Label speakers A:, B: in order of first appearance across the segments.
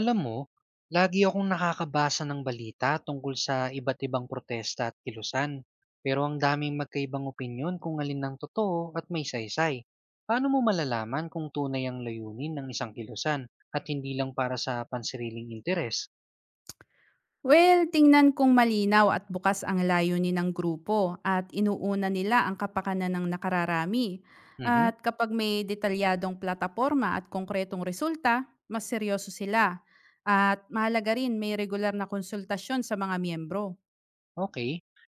A: Alam mo, lagi akong nakakabasa ng balita tungkol sa iba't ibang protesta at kilusan. Pero ang daming magkaibang opinyon kung alin ang totoo at may saysay. Paano mo malalaman kung tunay ang layunin ng isang kilusan at hindi lang para sa pansariling interes?
B: Well, tingnan kung malinaw at bukas ang layunin ng grupo at inuuna nila ang kapakanan ng nakararami.
A: Mhm.
B: At kapag may detalyadong plataporma at konkretong resulta, mas seryoso sila. At mahalaga rin may regular na konsultasyon sa mga miyembro.
A: Okay.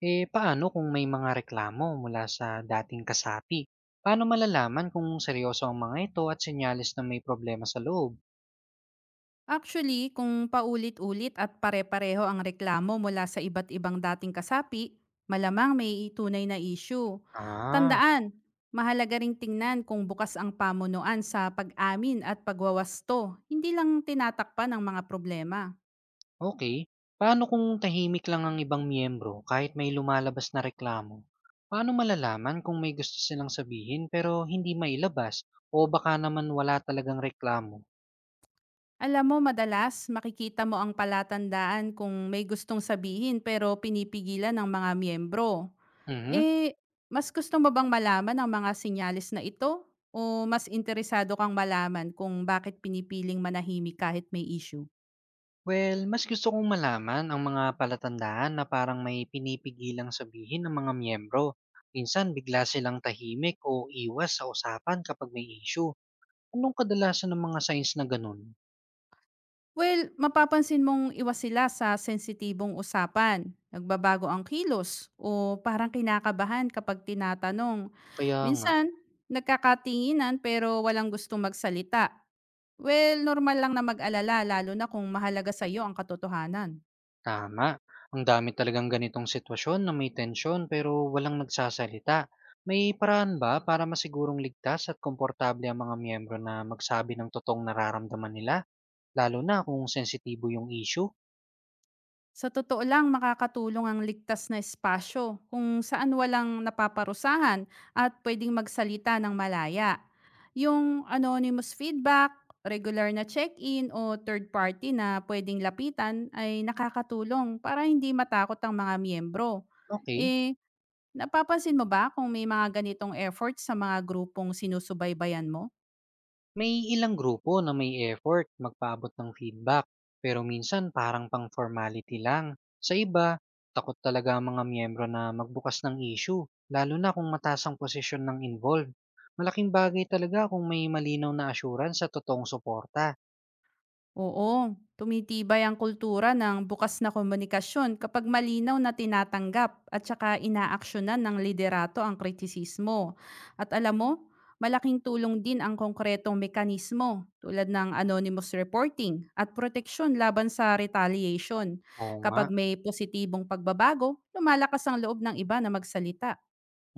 A: Eh paano kung may mga reklamo mula sa dating kasapi? Paano malalaman kung seryoso ang mga ito at senyales na may problema sa loob?
B: Actually, kung paulit-ulit at pare-pareho ang reklamo mula sa iba't ibang dating kasapi, malamang may tunay na issue.
A: Ah.
B: Tandaan, mahalaga ring tingnan kung bukas ang pamunuan sa pag-amin at pagwawasto, hindi lang tinatakpan ng mga problema.
A: Okay. Paano kung tahimik lang ang ibang miyembro kahit may lumalabas na reklamo? Paano malalaman kung may gusto silang sabihin pero hindi mailabas o baka naman wala talagang reklamo?
B: Alam mo, madalas makikita mo ang palatandaan kung may gustong sabihin pero pinipigilan ng mga miyembro.
A: Mhm.
B: Eh, mas gusto mo bang malaman ang mga sinyalis na ito o mas interesado kang malaman kung bakit pinipiling manahimik kahit may issue?
A: Well, mas gusto kong malaman ang mga palatandaan na parang may pinipigilang sabihin ng mga miyembro. Minsan bigla silang tahimik o iwas sa usapan kapag may issue. Anong kadalasan ng mga signs na ganun?
B: Well, mapapansin mong iwas sila sa sensitibong usapan, nagbabago ang kilos, o parang kinakabahan kapag tinatanong.
A: Kaya nga.
B: Minsan, nagkakatinginan pero walang gustong magsalita. Well, normal lang na mag-alala lalo na kung mahalaga sa iyo ang katotohanan.
A: Tama. Ang dami talagang ganitong sitwasyon na may tensyon pero walang nagsasalita. May paraan ba para masigurong ligtas at komportable ang mga miyembro na magsabi ng totoong nararamdaman nila, lalo na kung sensitibo yung issue?
B: Sa totoo lang, makakatulong ang ligtas na espasyo kung saan walang napaparusahan at pwedeng magsalita ng malaya. Yung anonymous feedback, regular na check-in o third party na pwedeng lapitan ay nakakatulong para hindi matakot ang mga miyembro.
A: Okay.
B: Eh, napapansin mo ba kung may mga ganitong efforts sa mga grupong sinusubaybayan mo?
A: May ilang grupo na may effort magpaabot ng feedback, pero minsan parang pang formality lang. Sa iba, takot talaga ang mga miyembro na magbukas ng issue, lalo na kung mataas ang posisyon ng involved. Malaking bagay talaga kung may malinaw na assurance sa totoong suporta.
B: Oo, tumitibay ang kultura ng bukas na komunikasyon kapag malinaw na tinatanggap at saka inaaksyonan ng liderato ang kritisismo. At alam mo, malaking tulong din ang konkretong mekanismo tulad ng anonymous reporting at proteksyon laban sa retaliation.
A: Oo nga,
B: Kapag may positibong pagbabago, lumalakas ang loob ng iba na magsalita.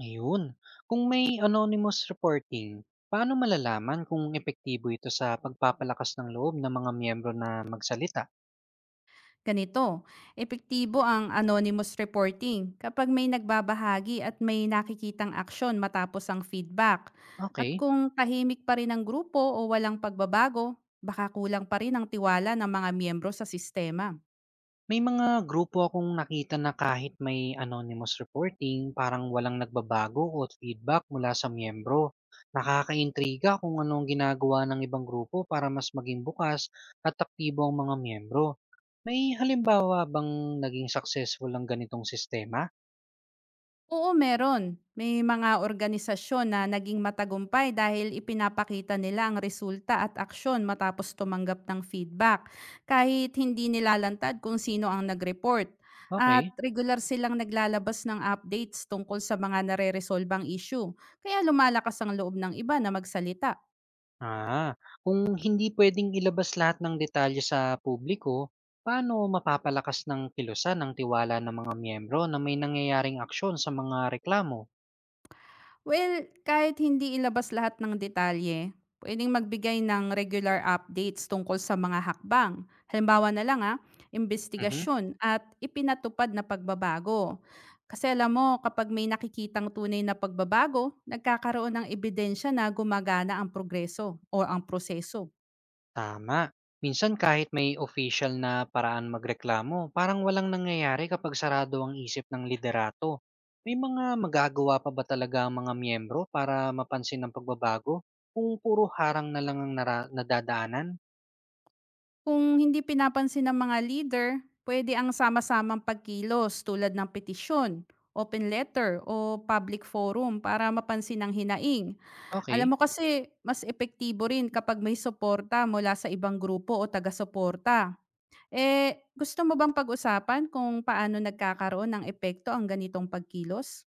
A: ayun. Kung may anonymous reporting, paano malalaman kung epektibo ito sa pagpapalakas ng loob ng mga miyembro na magsalita?
B: Ganito, epektibo ang anonymous reporting kapag may nagbabahagi at may nakikitang aksyon matapos ang feedback. At
A: Okay.
B: kung tahimik pa rin ang grupo o walang pagbabago, baka kulang pa rin ang tiwala ng mga miyembro sa sistema.
A: May mga grupo akong nakita na kahit may anonymous reporting, parang walang nagbabago o feedback mula sa miyembro. Nakakaintriga kung anong ginagawa ng ibang grupo para mas maging bukas at aktibo ang mga miyembro. May halimbawa bang naging successful ang ganitong sistema?
B: Oo, meron. May mga organisasyon na naging matagumpay dahil ipinapakita nila ang resulta at aksyon matapos tumanggap ng feedback, kahit hindi nilalantad kung sino ang nag-report. At
A: Okay.
B: regular silang naglalabas ng updates tungkol sa mga nare-resolvang issue, kaya lumalakas ang loob ng iba na magsalita.
A: Ah, kung hindi pwedeng ilabas lahat ng detalye sa publiko, paano mapapalakas ng kilusan ng tiwala ng mga miyembro na may nangyayaring aksyon sa mga reklamo?
B: Well, kahit hindi ilabas lahat ng detalye, pwedeng magbigay ng regular updates tungkol sa mga hakbang. Halimbawa na lang ah,
A: Mhm.
B: investigasyon at ipinatupad na pagbabago. Kasi alam mo, kapag may nakikitang tunay na pagbabago, nagkakaroon ng ebidensya na gumagana ang progreso o ang proseso.
A: Tama. Minsan kahit may official na paraan magreklamo, parang walang nangyayari kapag sarado ang isip ng liderato. May mga magagawa pa ba talaga ang mga miyembro para mapansin ang pagbabago kung puro harang na lang ang nadadaanan?
B: Kung hindi pinapansin ng mga leader, pwede ang sama-samang pagkilos tulad ng petisyon, open letter o public forum para mapansin ang hinaing.
A: Okay.
B: Alam mo kasi mas epektibo rin kapag may suporta mula sa ibang grupo o taga-suporta. Eh, gusto mo bang pag-usapan kung paano nagkakaroon ng epekto ang ganitong pagkilos?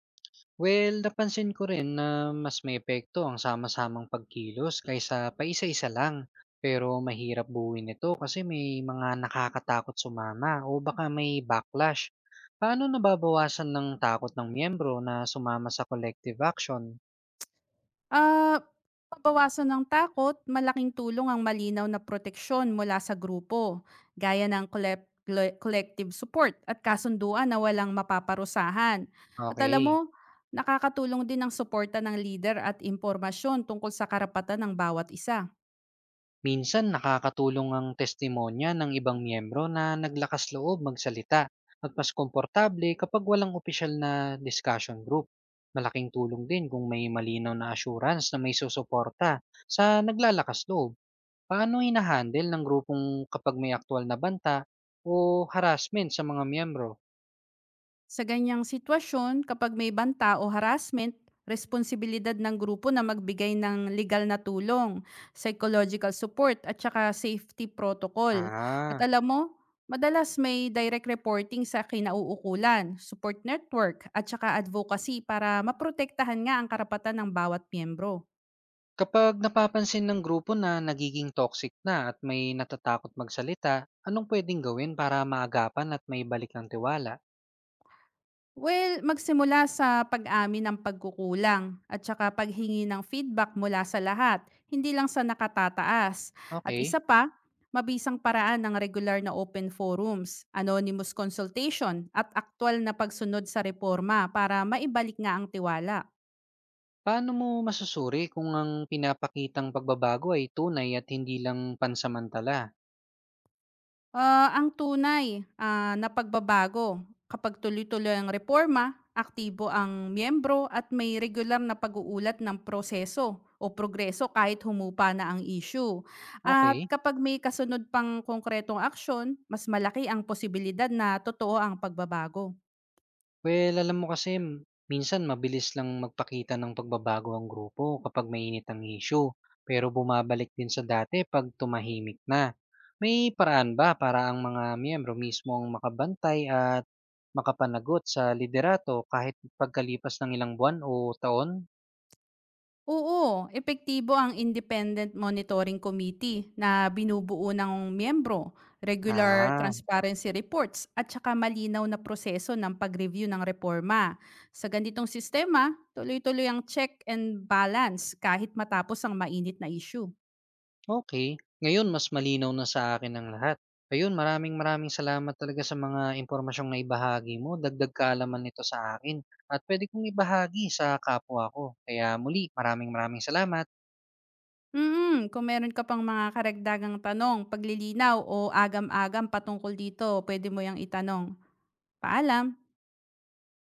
A: Well, napansin ko rin na mas may epekto ang sama-samang pagkilos kaysa paisa-isa lang. Pero mahirap buuin ito kasi may mga nakakatakot sumama o baka may backlash. Paano nababawasan ng takot ng miyembro na sumama sa collective action?
B: Ah, pabawasan ng takot, malaking tulong ang malinaw na proteksyon mula sa grupo, gaya ng collective support at kasunduan na walang mapaparusahan. At alam mo,
A: Okay.
B: nakakatulong din ang suporta ng leader at impormasyon tungkol sa karapatan ng bawat isa.
A: Minsan nakakatulong ang testimonya ng ibang miyembro na naglakas loob magsalita at mas komportable kapag walang opisyal na discussion group. Malaking tulong din kung may malinaw na assurance na may susuporta sa naglalakas loob. Paano hinahandle ng grupong kapag may aktual na banta o harassment sa mga miyembro?
B: Sa ganyang sitwasyon, kapag may banta o harassment, responsibilidad ng grupo na magbigay ng legal na tulong, psychological support at saka safety protocol. At
A: Ah,
B: alam mo, madalas may direct reporting sa kinauukulan, support network at saka advocacy para maprotektahan nga ang karapatan ng bawat miyembro.
A: kapag napapansin ng grupo na nagiging toxic na at may natatakot magsalita, anong pwedeng gawin para maagapan at may balik ng tiwala?
B: Well, magsimula sa pag-amin ng pagkukulang at saka paghingi ng feedback mula sa lahat, hindi lang sa nakatataas. At isa
A: Okay.
B: pa, mabisang paraan ng regular na open forums, anonymous consultation at aktwal na pagsunod sa reforma para maibalik nga ang tiwala.
A: Paano mo masusuri kung ang pinapakitang pagbabago ay tunay at hindi lang pansamantala?
B: Ang tunay na pagbabago kapag tuloy-tuloy ang reforma, aktibo ang miyembro at may regular na pag-uulat ng proseso o progreso kahit humupa na ang issue. At
A: Okay.
B: kapag may kasunod pang konkretong aksyon, mas malaki ang posibilidad na totoo ang pagbabago.
A: Well, alam mo kasi minsan mabilis lang magpakita ng pagbabago ang grupo kapag mainit ang issue, pero bumabalik din sa dati 'pag tumahimik na. May paraan ba para ang mga miyembro mismo ang makabantay at makapanagot sa liderato kahit pagkalipas ng ilang buwan o taon?
B: Oo, epektibo ang Independent Monitoring Committee na binubuo ng miyembro, regular
A: Ah.
B: transparency reports at saka malinaw na proseso ng pag-review ng reforma. Sa ganitong sistema, tuloy-tuloy ang check and balance kahit matapos ang mainit na issue.
A: Okay. Ngayon mas malinaw na sa akin ang lahat. Ayun, maraming maraming salamat talaga sa mga impormasyong naibahagi mo. Dagdag kaalaman nito sa akin at pwede kong ibahagi sa kapwa ko. Kaya muli, maraming maraming salamat.
B: Mm, kung meron ka pang mga karagdagang tanong, paglilinaw o agam-agam patungkol dito, pwede mo yang itanong. Paalam.